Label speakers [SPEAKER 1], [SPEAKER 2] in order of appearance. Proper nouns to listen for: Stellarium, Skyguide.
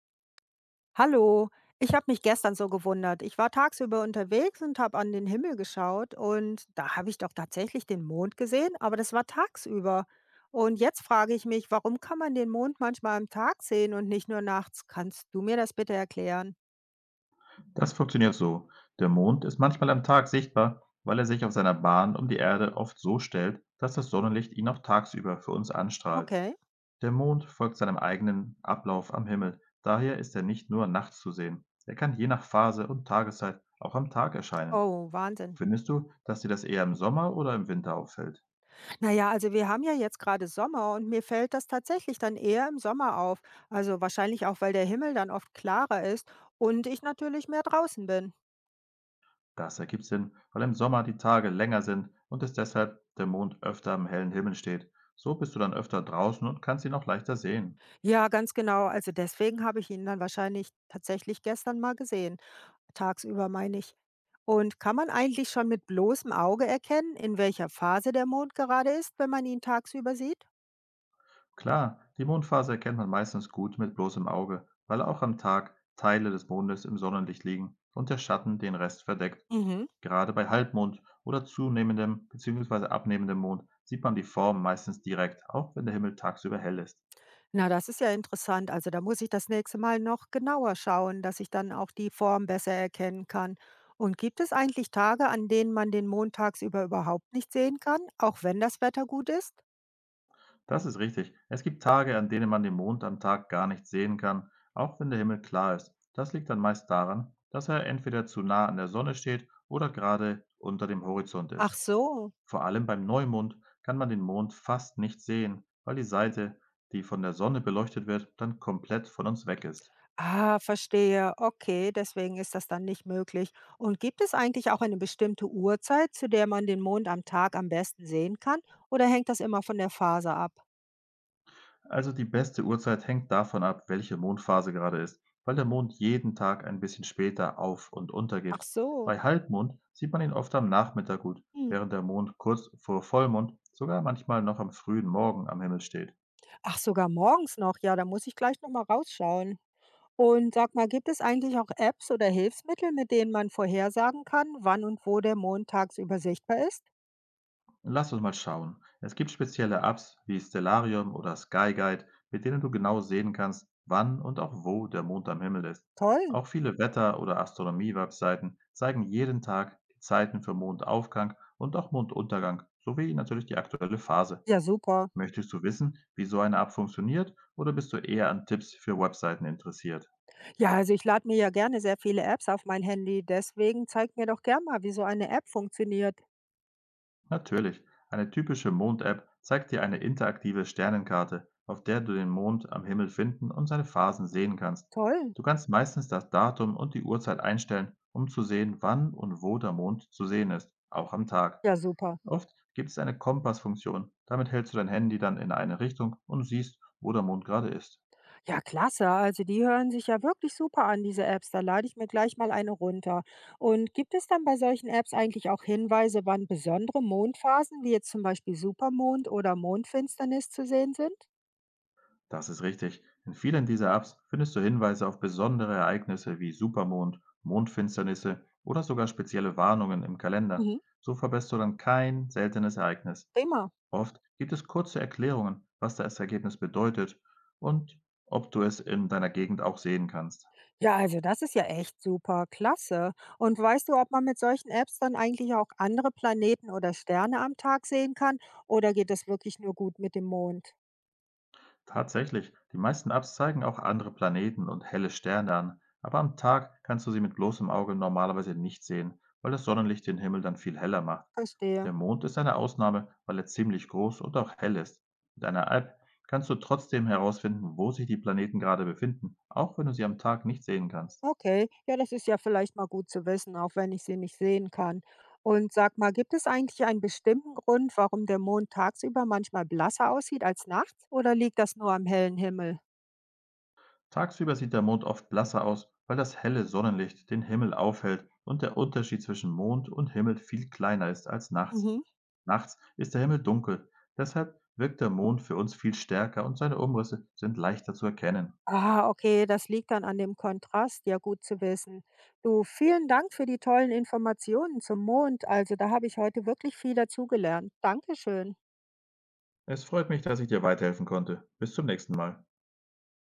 [SPEAKER 1] Hallo, ich habe mich gestern so gewundert. Ich war tagsüber unterwegs und habe an den Himmel geschaut, und da habe ich doch tatsächlich den Mond gesehen, aber das war tagsüber. Und jetzt frage ich mich, warum kann man den Mond manchmal am Tag sehen und nicht nur nachts? Kannst du mir das bitte erklären?
[SPEAKER 2] Das funktioniert so. Der Mond ist manchmal am Tag sichtbar, weil er sich auf seiner Bahn um die Erde oft so stellt, dass das Sonnenlicht ihn auch tagsüber für uns anstrahlt.
[SPEAKER 1] Okay.
[SPEAKER 2] Der Mond folgt seinem eigenen Ablauf am Himmel. Daher ist er nicht nur nachts zu sehen. Er kann je nach Phase und Tageszeit auch am Tag erscheinen.
[SPEAKER 1] Oh, Wahnsinn.
[SPEAKER 2] Findest du, dass dir das eher im Sommer oder im Winter auffällt?
[SPEAKER 1] Naja, also wir haben ja jetzt gerade Sommer und mir fällt das tatsächlich dann eher im Sommer auf. Also wahrscheinlich auch, weil der Himmel dann oft klarer ist und ich natürlich mehr draußen bin.
[SPEAKER 2] Das ergibt Sinn, weil im Sommer die Tage länger sind und es deshalb der Mond öfter am hellen Himmel steht. So bist du dann öfter draußen und kannst ihn auch leichter sehen.
[SPEAKER 1] Ja, ganz genau. Also deswegen habe ich ihn dann wahrscheinlich tatsächlich gestern mal gesehen. Tagsüber meine ich. Und kann man eigentlich schon mit bloßem Auge erkennen, in welcher Phase der Mond gerade ist, wenn man ihn tagsüber sieht?
[SPEAKER 2] Klar, die Mondphase erkennt man meistens gut mit bloßem Auge, weil auch am Tag Teile des Mondes im Sonnenlicht liegen und der Schatten den Rest verdeckt.
[SPEAKER 1] Mhm.
[SPEAKER 2] Gerade bei Halbmond oder zunehmendem bzw. abnehmendem Mond sieht man die Form meistens direkt, auch wenn der Himmel tagsüber hell ist.
[SPEAKER 1] Na, das ist ja interessant. Also da muss ich das nächste Mal noch genauer schauen, dass ich dann auch die Form besser erkennen kann. Und gibt es eigentlich Tage, an denen man den Mond tagsüber überhaupt nicht sehen kann, auch wenn das Wetter gut ist?
[SPEAKER 2] Das ist richtig. Es gibt Tage, an denen man den Mond am Tag gar nicht sehen kann, auch wenn der Himmel klar ist. Das liegt dann meist daran, dass er entweder zu nah an der Sonne steht oder gerade unter dem Horizont
[SPEAKER 1] Ach
[SPEAKER 2] ist.
[SPEAKER 1] so.
[SPEAKER 2] Vor allem beim Neumond kann man den Mond fast nicht sehen, weil die Seite, die von der Sonne beleuchtet wird, dann komplett von uns weg ist.
[SPEAKER 1] Ah, verstehe. Okay, deswegen ist das dann nicht möglich. Und gibt es eigentlich auch eine bestimmte Uhrzeit, zu der man den Mond am Tag am besten sehen kann? Oder hängt das immer von der Phase ab?
[SPEAKER 2] Also die beste Uhrzeit hängt davon ab, welche Mondphase gerade ist, weil der Mond jeden Tag ein bisschen später auf und
[SPEAKER 1] Ach
[SPEAKER 2] untergeht.
[SPEAKER 1] so.
[SPEAKER 2] Bei Halbmond sieht man ihn oft am Nachmittag gut,
[SPEAKER 1] Hm.
[SPEAKER 2] während der Mond kurz vor Vollmond sogar manchmal noch am frühen Morgen am Himmel steht.
[SPEAKER 1] Ach, sogar morgens noch. Ja, da muss ich gleich nochmal rausschauen. Und sag mal, gibt es eigentlich auch Apps oder Hilfsmittel, mit denen man vorhersagen kann, wann und wo der Mond tagsüber sichtbar ist?
[SPEAKER 2] Lass uns mal schauen. Es gibt spezielle Apps wie Stellarium oder Skyguide, mit denen du genau sehen kannst, wann und auch wo der Mond am Himmel ist.
[SPEAKER 1] Toll.
[SPEAKER 2] Auch viele Wetter- oder Astronomie-Webseiten zeigen jeden Tag die Zeiten für Mondaufgang und auch Monduntergang, sowie natürlich die aktuelle Phase.
[SPEAKER 1] Ja, super.
[SPEAKER 2] Möchtest du wissen, wie so eine App funktioniert, oder bist du eher an Tipps für Webseiten interessiert?
[SPEAKER 1] Ja, also ich lade mir ja gerne sehr viele Apps auf mein Handy. Deswegen zeig mir doch gern mal, wie so eine App funktioniert.
[SPEAKER 2] Natürlich. Eine typische Mond-App zeigt dir eine interaktive Sternenkarte, auf der du den Mond am Himmel finden und seine Phasen sehen kannst.
[SPEAKER 1] Toll.
[SPEAKER 2] Du kannst meistens das Datum und die Uhrzeit einstellen, um zu sehen, wann und wo der Mond zu sehen ist, auch am Tag.
[SPEAKER 1] Ja, super.
[SPEAKER 2] Oft gibt es eine Kompassfunktion. Damit hältst du dein Handy dann in eine Richtung und siehst, wo der Mond gerade ist.
[SPEAKER 1] Ja, klasse. Also die hören sich ja wirklich super an, diese Apps. Da lade ich mir gleich mal eine runter. Und gibt es dann bei solchen Apps eigentlich auch Hinweise, wann besondere Mondphasen, wie jetzt zum Beispiel Supermond oder Mondfinsternis zu sehen sind?
[SPEAKER 2] Das ist richtig. In vielen dieser Apps findest du Hinweise auf besondere Ereignisse wie Supermond, Mondfinsternisse oder sogar spezielle Warnungen im Kalender.
[SPEAKER 1] Mhm.
[SPEAKER 2] So verpasst du dann kein seltenes Ereignis.
[SPEAKER 1] Prima.
[SPEAKER 2] Oft gibt es kurze Erklärungen, was das Ergebnis bedeutet und ob du es in deiner Gegend auch sehen kannst.
[SPEAKER 1] Ja, also das ist ja echt super. Klasse. Und weißt du, ob man mit solchen Apps dann eigentlich auch andere Planeten oder Sterne am Tag sehen kann? Oder geht das wirklich nur gut mit dem Mond?
[SPEAKER 2] Tatsächlich, die meisten Apps zeigen auch andere Planeten und helle Sterne an, aber am Tag kannst du sie mit bloßem Auge normalerweise nicht sehen, weil das Sonnenlicht den Himmel dann viel heller macht.
[SPEAKER 1] Verstehe.
[SPEAKER 2] Der Mond ist eine Ausnahme, weil er ziemlich groß und auch hell ist. Mit einer App kannst du trotzdem herausfinden, wo sich die Planeten gerade befinden, auch wenn du sie am Tag nicht sehen kannst.
[SPEAKER 1] Okay, ja, das ist ja vielleicht mal gut zu wissen, auch wenn ich sie nicht sehen kann. Und sag mal, gibt es eigentlich einen bestimmten Grund, warum der Mond tagsüber manchmal blasser aussieht als nachts? Oder liegt das nur am hellen Himmel?
[SPEAKER 2] Tagsüber sieht der Mond oft blasser aus, weil das helle Sonnenlicht den Himmel aufhält und der Unterschied zwischen Mond und Himmel viel kleiner ist als nachts.
[SPEAKER 1] Mhm.
[SPEAKER 2] Nachts ist der Himmel dunkel, deshalb wirkt der Mond für uns viel stärker und seine Umrisse sind leichter zu erkennen.
[SPEAKER 1] Ah, okay, das liegt dann an dem Kontrast. Ja, gut zu wissen. Du, vielen Dank für die tollen Informationen zum Mond. Also, da habe ich heute wirklich viel dazugelernt. Dankeschön.
[SPEAKER 2] Es freut mich, dass ich dir weiterhelfen konnte. Bis zum nächsten Mal.